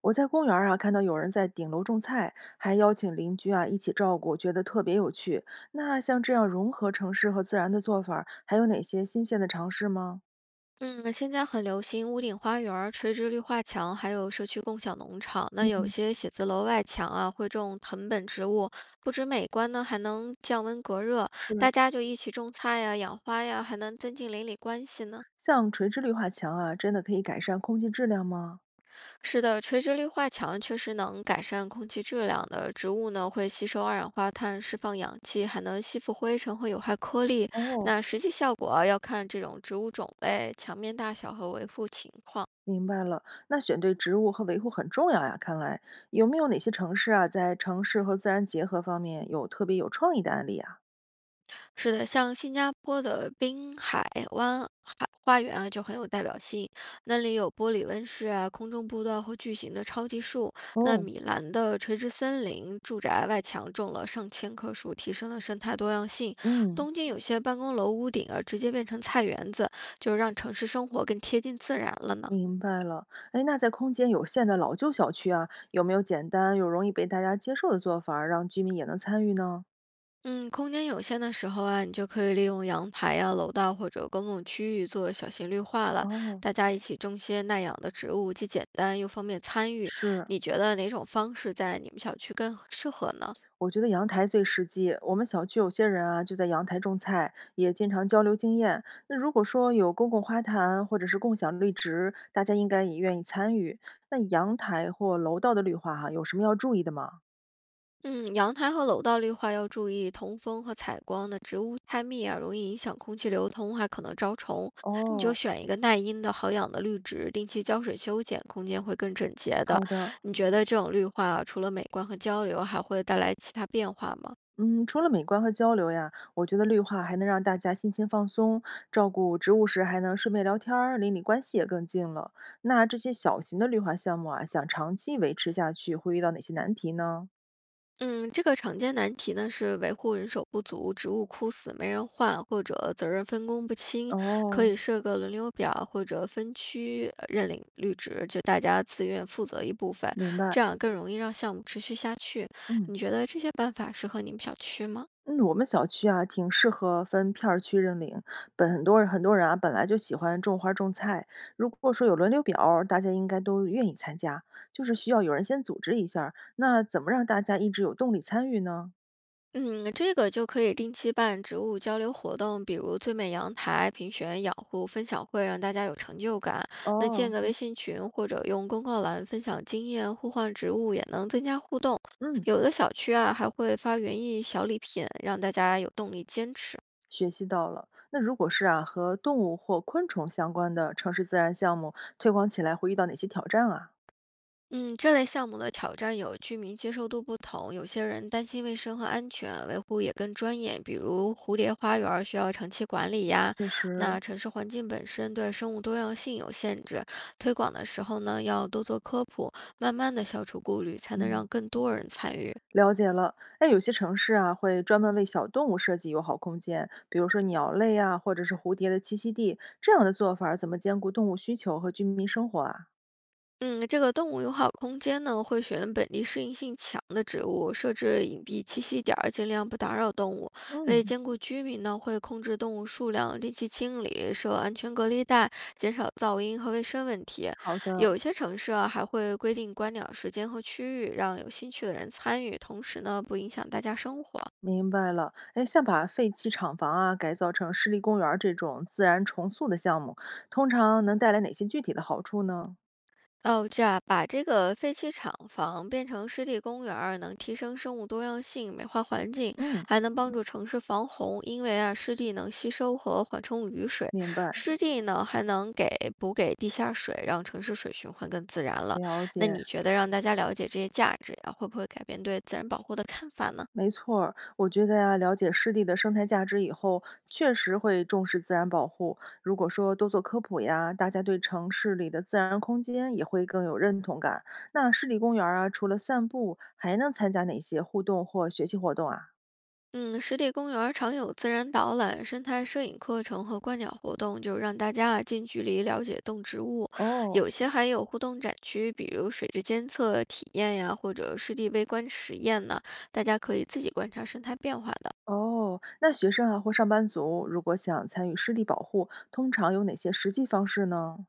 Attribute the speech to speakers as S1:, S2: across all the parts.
S1: 我在公园儿啊看到有人在顶楼种菜，还邀请邻居啊一起照顾，觉得特别有趣。那像这样融合城市和自然的做法儿还有哪些新鲜的尝试吗？
S2: 嗯，现在很流行屋顶花园儿、垂直绿化墙，还有社区共享农场。那有
S1: 嗯，
S2: 些写字楼外墙啊，会种藤本植物，不止美观呢，还能降温隔热。
S1: 是
S2: 大家就一起种菜呀、养花呀，还能增进邻里关系呢。
S1: 像垂直绿化墙啊，真的可以改善空气质量吗？
S2: 是的，垂直绿化墙确实能改善空气质量的。植物呢会吸收二氧化碳，释放氧气，还能吸附灰尘和有害颗粒。
S1: 哦，
S2: 那实际效果啊要看这种植物种类、墙面大小和维护情况。
S1: 明白了。那选对植物和维护很重要呀。看来有没有哪些城市啊，在城市和自然结合方面有特别有创意的案例啊？
S2: 是的，像新加坡的滨海湾海花园啊，就很有代表性。那里有玻璃温室啊、空中步道和巨型的超级树。那
S1: 哦，
S2: 米兰的垂直森林住宅外墙种了上千棵树，提升了生态多样性。
S1: 嗯。
S2: 东京有些办公楼屋顶啊，直接变成菜园子，就让城市生活更贴近自然了呢。
S1: 明白了。哎，那在空间有限的老旧小区啊，有没有简单又容易被大家接受的做法儿让居民也能参与呢？
S2: 嗯，空间有限的时候啊，你就可以利用阳台呀、楼道或者公共区域做小型绿化了。
S1: 哦，
S2: 大家一起种些耐养的植物，既简单又方便参与。
S1: 是，
S2: 你觉得哪种方式在你们小区更适合呢？
S1: 我觉得阳台最实际。我们小区有些人啊，就在阳台种菜，也经常交流经验。那如果说有公共花坛或者是共享绿植，大家应该也愿意参与。那阳台或楼道的绿化哈、有什么要注意的吗？
S2: 嗯，阳台和楼道绿化要注意通风和采光的植物太密啊，容易影响空气流通，还可能招虫。你就
S1: 哦，
S2: 选一个耐阴的好养的绿植，定期浇水修剪，空间会更整洁的。
S1: 好的。
S2: 你觉得这种绿化啊除了美观和交流，还会带来其他变化吗？
S1: 嗯，除了美观和交流呀，我觉得绿化还能让大家心情放松，照顾植物时还能顺便聊天儿，邻里关系也更近了。那这些小型的绿化项目啊，想长期维持下去，会遇到哪些难题呢？
S2: 嗯，这个常见难题呢是维护人手不足、职务枯死没人换，或者责任分工不清，
S1: 哦，
S2: 可以设个轮流表或者分区认领绿植，就大家自愿负责一部分，
S1: 明白。
S2: 这样更容易让项目持续下去。
S1: 嗯
S2: 你觉得这些办法适合你们小区吗？
S1: 嗯，我们小区啊，挺适合分片儿区认领。本很多人很多人啊，本来就喜欢种花种菜。如果说有轮流表儿大家应该都愿意参加，就是需要有人先组织一下儿那怎么让大家一直有动力参与呢？
S2: 嗯，这个就可以定期办植物交流活动，比如最美阳台、评选养护分享会，让大家有成就感。那建
S1: 哦，
S2: 个微信群或者用公告栏分享经验，互换植物也能增加互动。
S1: 嗯。
S2: 有的小区啊还会发园艺小礼品，让大家有动力坚持。
S1: 学习到了。那如果是啊，和动物或昆虫相关的城市自然项目推广起来会遇到哪些挑战啊？
S2: 嗯，这类项目的挑战有居民接受度不同，有些人担心卫生和安全，维护也更专业，比如蝴蝶花园儿需要长期管理呀。
S1: 确
S2: 那
S1: 实，
S2: 城市环境本身对生物多样性有限制，推广的时候呢，要多做科普，慢慢的消除顾虑，才能
S1: 嗯，
S2: 让更多人参与。
S1: 了解了，哎，有些城市啊会专门为小动物设计友好空间，比如说鸟类啊，或者是蝴蝶的栖息地，这样的做法儿怎么兼顾动物需求和居民生活啊？
S2: 嗯，这个动物友好空间呢，会选本地适应性强的植物，设置隐蔽栖息点儿，尽量不打扰动物。为
S1: 嗯，
S2: 兼顾居民呢，会控制动物数量，定期清理，设安全隔离带，减少噪音和卫生问题。
S1: 好的，
S2: 有一些城市啊，还会规定观鸟时间和区域，让有兴趣的人参与，同时呢，不影响大家生活。
S1: 明白了。哎，像把废弃厂房啊改造成湿地公园儿这种自然重塑的项目，通常能带来哪些具体的好处呢？
S2: 哦，这样把这个废弃厂房变成湿地公园儿，能提升生物多样性，美化环境，
S1: 嗯，
S2: 还能帮助城市防洪。因为啊，湿地能吸收和缓冲雨水，
S1: 明白。
S2: 湿地呢还能给补给地下水，让城市水循环更自然了。
S1: 了
S2: 那
S1: 解，
S2: 你觉得让大家了解这些价值呀、会不会改变对自然保护的看法呢？
S1: 没错儿，我觉得呀、了解湿地的生态价值以后，确实会重视自然保护。如果说多做科普呀，大家对城市里的自然空间也会更有认同感。那湿地公园儿啊，除了散步，还能参加哪些互动或学习活动啊？
S2: 嗯，湿地公园儿常有自然导览、生态摄影课程和观鸟活动，就让大家啊近距离了解动植物。
S1: 哦
S2: 有些还有互动展区，比如水质监测体验呀，或者湿地微观实验呢，大家可以自己观察生态变化的。
S1: 哦，那学生啊或上班族如果想参与湿地保护，通常有哪些实际方式呢？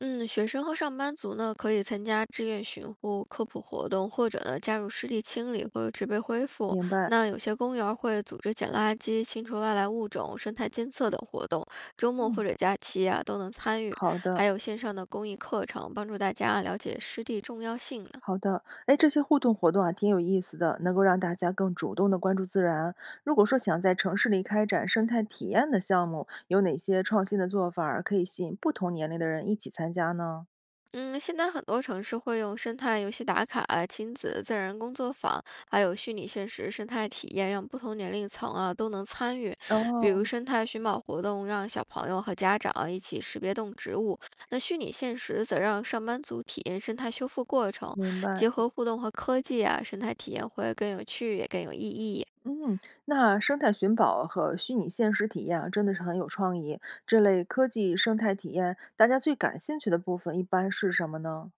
S2: 嗯，学生和上班族呢，可以参加志愿巡护、科普活动，或者呢加入湿地清理或者植被恢复。
S1: 明白，
S2: 那有些公园儿会组织捡垃圾、清除外来物种、生态监测等活动，周末或
S1: 嗯，
S2: 者假期啊都能参与。
S1: 好的。
S2: 还有线上的公益课程，帮助大家了解湿地重要性。
S1: 好的，哎，这些互动活动啊，挺有意思的，能够让大家更主动的关注自然。如果说想在城市里开展生态体验的项目，有哪些创新的做法儿可以吸引不同年龄的人一起参加呢？
S2: 嗯，现在很多城市会用生态游戏打卡啊、亲子自然工作坊，还有虚拟现实生态体验，让不同年龄层啊都能参与。比
S1: 哦，
S2: 如生态寻宝活动，让小朋友和家长啊一起识别动植物；那虚拟现实则让上班族体验生态修复过程，
S1: 明白。
S2: 结合互动和科技啊，生态体验会更有趣，也更有意义啊。
S1: 嗯，那生态寻宝和虚拟现实体验啊，真的是很有创意。这类科技生态体验，大家最感兴趣的部分一般是什么呢？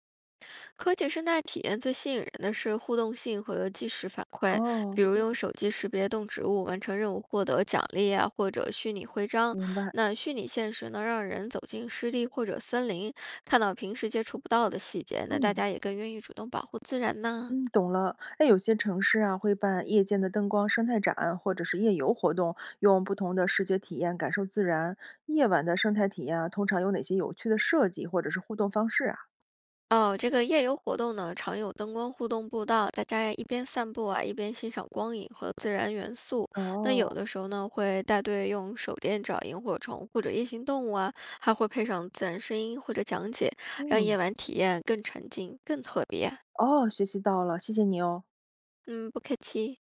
S2: 科技生态体验最吸引人的是互动性和即时反馈，
S1: 哦，
S2: 比如用手机识别动植物、完成任务获得奖励啊，或者虚拟徽章。
S1: 明白。
S2: 那虚拟现实能让人走进湿地或者森林，看到平时接触不到的细节，那大
S1: 嗯。
S2: 家也更愿意主动保护自然呢。
S1: 嗯，懂了。哎，有些城市啊会办夜间的灯光生态展，或者是夜游活动，用不同的视觉体验感受自然。夜晚的生态体验啊，通常有哪些有趣的设计或者是互动方式啊？
S2: 哦，这个夜游活动呢，常有灯光互动步道，大家一边散步啊，一边欣赏光影和自然元素。那有
S1: 哦，
S2: 的时候呢，会带队用手电找萤火虫或者夜行动物啊，还会配上自然声音或者讲解，让夜
S1: 嗯，
S2: 晚体验更沉浸、更特别啊。
S1: 哦，学习到了，谢谢你哦。
S2: 嗯，不客气。